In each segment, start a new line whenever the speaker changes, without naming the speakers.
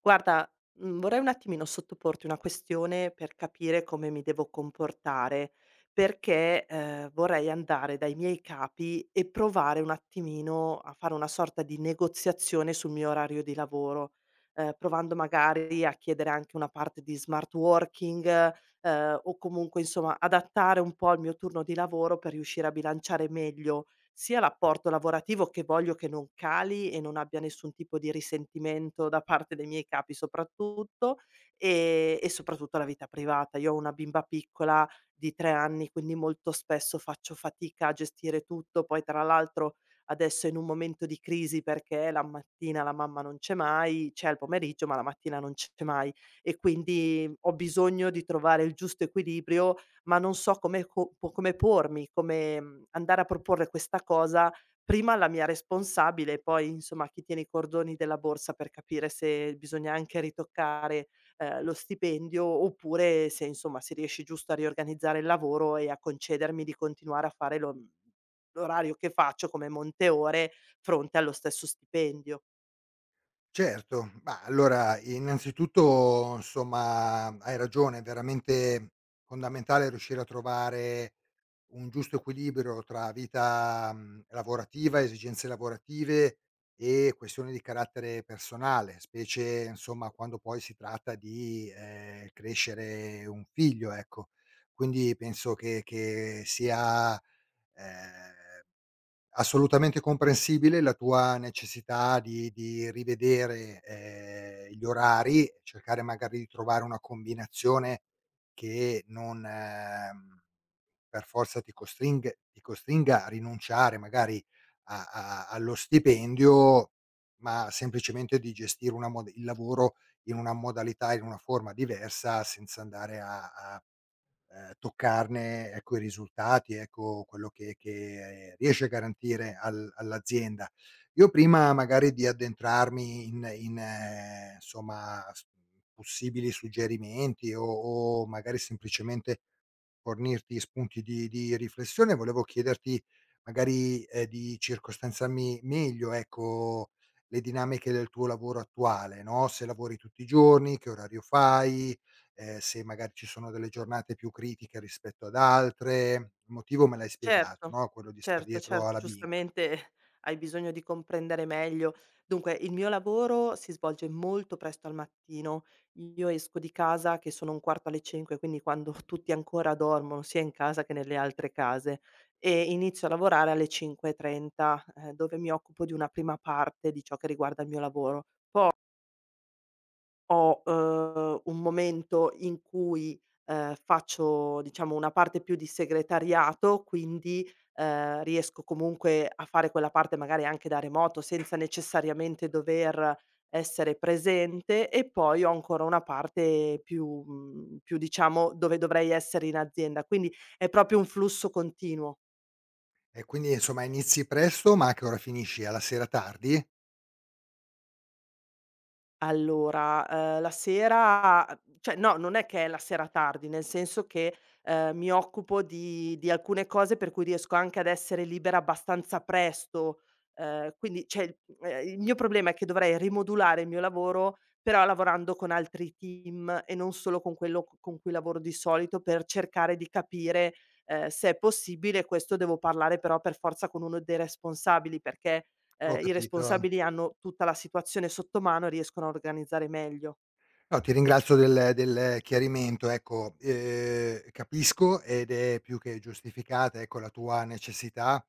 Guarda, vorrei un attimino sottoporti una questione per capire come mi devo comportare, perché vorrei andare dai miei capi e provare un attimino a fare una sorta di negoziazione sul mio orario di lavoro. Ehm, provando magari a chiedere anche una parte di smart working, o comunque insomma adattare un po' il mio turno di lavoro per riuscire a bilanciare meglio sia l'apporto lavorativo, che voglio che non cali e non abbia nessun tipo di risentimento da parte dei miei capi soprattutto, e soprattutto la vita privata. Io ho una bimba piccola di 3 anni, quindi molto spesso faccio fatica a gestire tutto. Poi tra l'altro adesso è in un momento di crisi perché la mattina la mamma non c'è mai, c'è al pomeriggio, ma la mattina non c'è mai, e quindi ho bisogno di trovare il giusto equilibrio, ma non so come co po come pormi, come, andare a proporre questa cosa prima alla mia responsabile e poi insomma a chi tiene i cordoni della borsa, per capire se bisogna anche ritoccare, lo stipendio, oppure se insomma si riesce giusto a riorganizzare il lavoro e a concedermi di continuare a fare lo l'orario che faccio come monte ore fronte allo stesso stipendio.
Certo, ma allora innanzitutto insomma hai ragione, è veramente fondamentale riuscire a trovare un giusto equilibrio tra vita, lavorativa, esigenze lavorative e questioni di carattere personale, specie insomma quando poi si tratta di, crescere un figlio, ecco. Quindi penso che sia ehm Assolutamente comprensibile la tua necessità di rivedere, gli orari, cercare magari di trovare una combinazione che non, per forza ti costringa a rinunciare magari a a allo stipendio, ma semplicemente di gestire una mod il lavoro in una modalità, in una forma diversa senza andare a toccarne, ecco, i risultati, ecco quello che riesce a garantire al all'azienda. Io prima magari di addentrarmi in, insomma, s possibili suggerimenti o magari semplicemente fornirti spunti di riflessione. Volevo chiederti magari, di circostanziarmi meglio, ecco, le dinamiche del tuo lavoro attuale, no, se lavori tutti i giorni, che orario fai, se magari ci sono delle giornate più critiche rispetto ad altre. Il motivo me l'hai spiegato,
Certo,
no, quello di star
certo,
dietro
certo,
alla bimba.
giustamente hai bisogno di comprendere meglio. Dunque, il mio lavoro si svolge molto presto al mattino. Io esco di casa che sono un quarto alle 5, quindi quando tutti ancora dormono, sia in casa che nelle altre case, e inizio a lavorare alle 5:30, dove mi occupo di una prima parte di ciò che riguarda il mio lavoro. Ho, un momento in cui, faccio diciamo una parte più di segretariato. Quindi, riesco comunque a fare quella parte magari anche da remoto senza necessariamente dover essere presente, e poi ho ancora una parte più più diciamo dove dovrei essere in azienda. Quindi è proprio un flusso continuo.
E quindi insomma inizi presto, ma a che ora finisci? Alla sera tardi?
Allora, la sera cioè no, non è che è la sera tardi, nel senso che, mi occupo di alcune cose per cui riesco anche ad essere libera abbastanza presto. Ehm, quindi cioè, il mio problema è che dovrei rimodulare il mio lavoro, però lavorando con altri team e non solo con quello c con cui lavoro di solito, per cercare di capire, se è possibile. Questo devo parlare però per forza con uno dei responsabili, perché
Ho
i
capito.
responsabili hanno tutta la situazione sotto mano e riescono a organizzare meglio.
No, ti ringrazio del chiarimento. Ecco, capisco ed è più che giustificata, ecco, la tua necessità.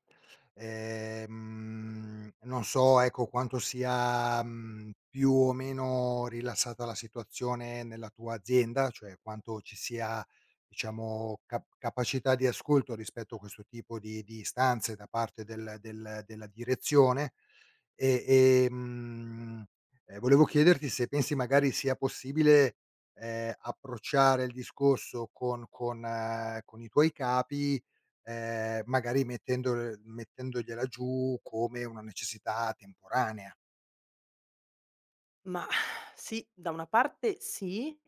Non so, ecco, quanto sia, più o meno rilassata la situazione nella tua azienda, cioè quanto ci sia, diciamo, capacità di ascolto rispetto a questo tipo di istanze da parte della direzione. E, ehm Ehm, volevo chiederti se pensi magari sia possibile, approcciare il discorso con i tuoi capi, magari mettendol mettendogliela giù come una necessità temporanea.
Mah, sì, da una parte sì,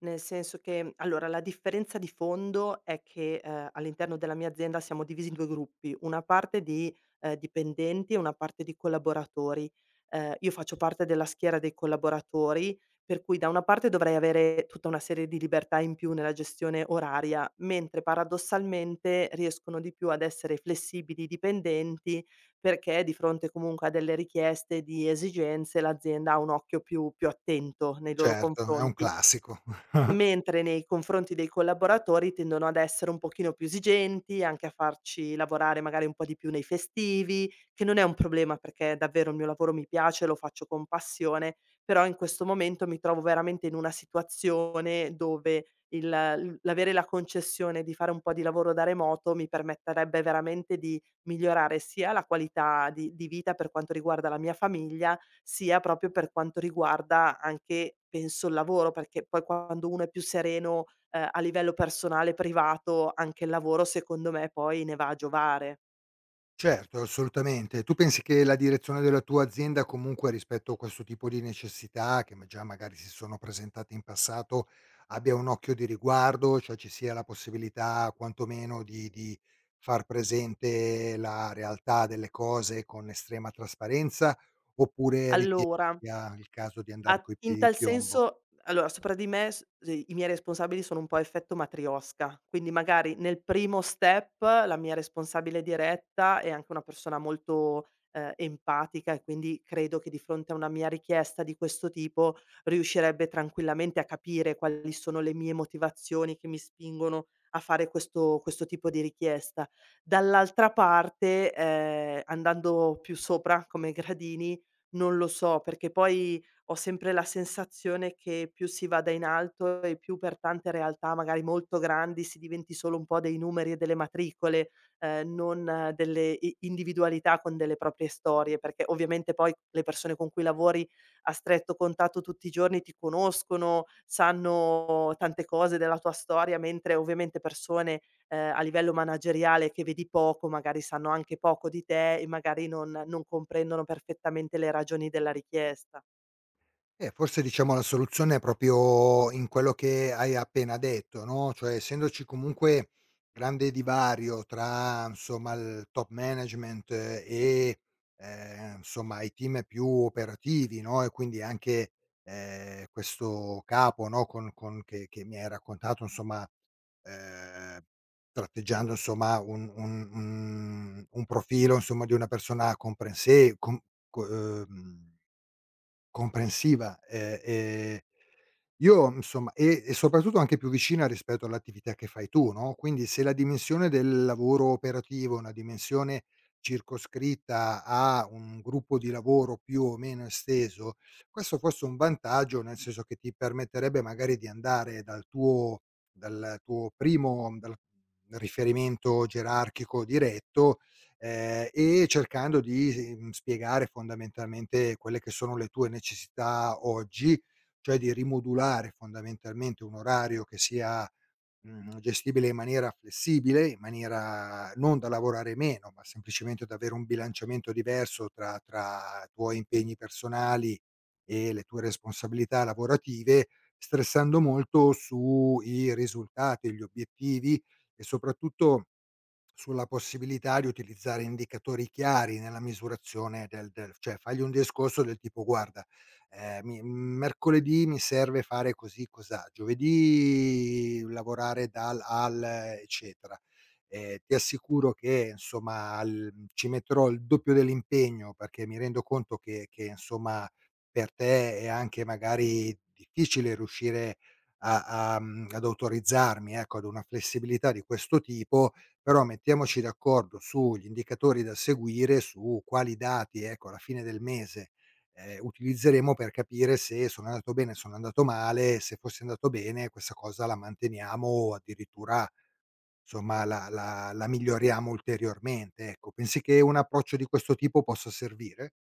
nel senso che allora la differenza di fondo è che, all'interno della mia azienda siamo divisi in 2 gruppi: una parte di, dipendenti e una parte di collaboratori. Io faccio parte della schiera dei collaboratori, per cui da una parte dovrei avere tutta una serie di libertà in più nella gestione oraria, mentre paradossalmente riescono di più ad essere flessibili i dipendenti, perché di fronte comunque a delle richieste di esigenze l'azienda ha un occhio più attento nei loro
Certo, è un
confronti.
classico.
Mentre nei confronti dei collaboratori tendono ad essere un pochino più esigenti, anche a farci lavorare magari un po' di più nei festivi, che non è un problema, perché davvero il mio lavoro mi piace, lo faccio con passione. Però in questo momento mi trovo veramente in una situazione dove il l l'avere la concessione di fare un po' di lavoro da remoto mi permetterebbe veramente di migliorare sia la qualità di vita per quanto riguarda la mia famiglia, sia proprio per quanto riguarda anche, penso, il lavoro, perché poi quando uno è più sereno, a livello personale, privato, anche il lavoro secondo me poi ne va a giovare.
Certo, assolutamente. Tu pensi che la direzione della tua azienda comunque rispetto a questo tipo di necessità, che ma già magari si sono presentate in passato, abbia un occhio di riguardo, cioè ci sia la possibilità quantomeno di far presente la realtà delle cose con estrema trasparenza, oppure ritieni
Allora
sia il caso di andare
A
coi
In
piedi di
tal
piombo?
senso allora sopra di me s sì, i miei responsabili sono un po' a effetto matrioska, quindi magari nel primo step la mia responsabile diretta è anche una persona molto, empatica, e quindi credo che di fronte a una mia richiesta di questo tipo riuscirebbe tranquillamente a capire quali sono le mie motivazioni che mi spingono a fare questo tipo di richiesta. Dall'altra parte, andando più sopra come gradini, non lo so, perché poi ho sempre la sensazione che più si vada in alto e più per tante realtà magari molto grandi si diventi solo un po' dei numeri e delle matricole, non delle i individualità con delle proprie storie, perché ovviamente poi le persone con cui lavori a stretto contatto tutti i giorni ti conoscono, sanno tante cose della tua storia, mentre ovviamente persone, a livello manageriale che vedi poco, magari sanno anche poco di te e magari non comprendono perfettamente le ragioni della richiesta.
Forse diciamo la soluzione è proprio in quello che hai appena detto, no, cioè essendoci comunque grande divario tra, insomma, il top management e, insomma, i team più operativi, no, e quindi anche, questo capo, no, con che mi hai raccontato insomma, ehm, tratteggiando insomma un profilo insomma di una persona comprense com co ehm Comprensiva, io insomma e soprattutto anche più vicina rispetto all'attività che fai tu, no, quindi se la dimensione del lavoro operativo è una dimensione circoscritta a un gruppo di lavoro più o meno esteso, questo fosse un vantaggio, nel senso che ti permetterebbe magari di andare dal tuo primo dal riferimento gerarchico diretto, e cercando di, spiegare fondamentalmente quelle che sono le tue necessità oggi, cioè di rimodulare fondamentalmente un orario che sia, gestibile in maniera flessibile, in maniera non da lavorare meno, ma semplicemente da avere un bilanciamento diverso tra i tuoi impegni personali e le tue responsabilità lavorative, stressando molto sui risultati, gli obiettivi e soprattutto sulla possibilità di utilizzare indicatori chiari nella misurazione del del cioè fagli un discorso del tipo: "Guarda, mi mercoledì mi serve fare così, cosà, giovedì lavorare dal al" eccetera. "Ti assicuro che insomma al ci metterò il doppio dell'impegno perché mi rendo conto che insomma per te è anche magari difficile riuscire ad autorizzarmi, ecco, ad una flessibilità di questo tipo, però mettiamoci d'accordo sugli indicatori da seguire, su quali dati, ecco, alla fine del mese, utilizzeremo per capire se sono andato bene, sono andato male, se fosse andato bene questa cosa la manteniamo o addirittura, somma, la miglioriamo ulteriormente, ecco. Pensi che un approccio di questo tipo possa servire?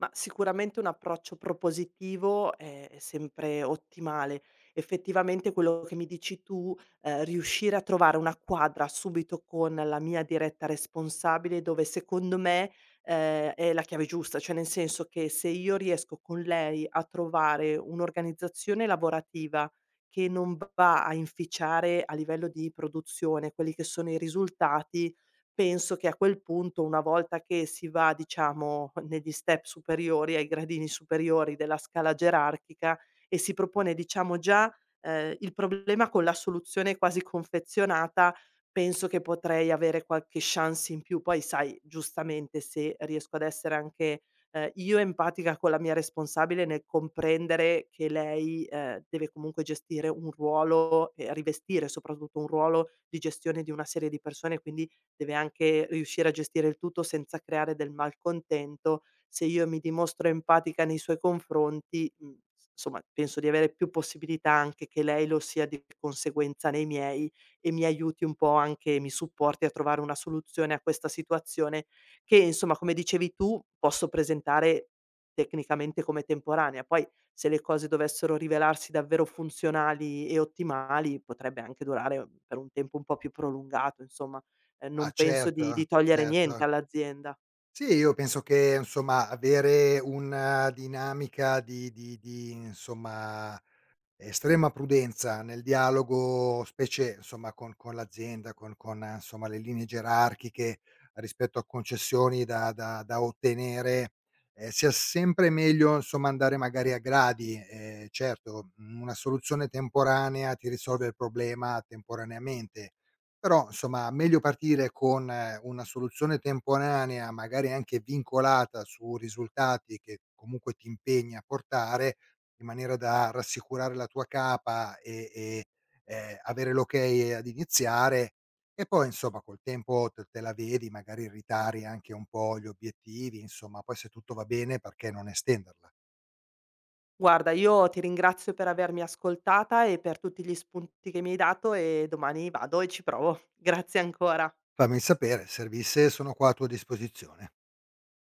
Ma sicuramente un approccio propositivo è sempre ottimale. Effettivamente quello che mi dici tu, riuscire a trovare una quadra subito con la mia diretta responsabile, dove secondo me, è la chiave giusta, cioè nel senso che se io riesco con lei a trovare un'organizzazione lavorativa che non va a inficiare a livello di produzione quelli che sono i risultati, penso che a quel punto, una volta che si va, diciamo, negli step superiori, ai gradini superiori della scala gerarchica, e si propone, diciamo, già, il problema con la soluzione quasi confezionata, penso che potrei avere qualche chance in più. Poi sai, giustamente, se riesco ad essere anche, io empatica con la mia responsabile nel comprendere che lei, deve comunque gestire un ruolo e rivestire soprattutto un ruolo di gestione di una serie di persone, quindi deve anche riuscire a gestire il tutto senza creare del malcontento. Se io mi dimostro empatica nei suoi confronti, mhmm, s insomma penso di avere più possibilità anche che lei lo sia di conseguenza nei miei, e mi aiuti un po', anche mi supporti a trovare una soluzione a questa situazione che, insomma, come dicevi tu, posso presentare tecnicamente come temporanea. Poi se le cose dovessero rivelarsi davvero funzionali e ottimali, potrebbe anche durare per un tempo un po' più prolungato, insomma.
Ah,
Non penso di
certo,
di togliere
certo.
niente all'azienda.
Sì, io penso che, insomma, avere una dinamica insomma estrema prudenza nel dialogo, specie insomma con l'azienda, con insomma le linee gerarchiche rispetto a concessioni da ottenere, sia sempre meglio insomma andare magari a gradi. Certo, una soluzione temporanea ti risolve il problema temporaneamente, però insomma meglio partire con una soluzione temporanea, magari anche vincolata su risultati che comunque ti impegni a portare, in maniera da rassicurare la tua capa e, avere l'ok ad iniziare, e poi insomma col tempo te la vedi, magari ritari anche un po' gli obiettivi, insomma poi se tutto va bene perché non estenderla.
Guarda, io ti ringrazio per avermi ascoltata e per tutti gli spunti che mi hai dato, e domani vado e ci provo. Grazie ancora.
Fammi sapere, servisse sono qua a tua disposizione.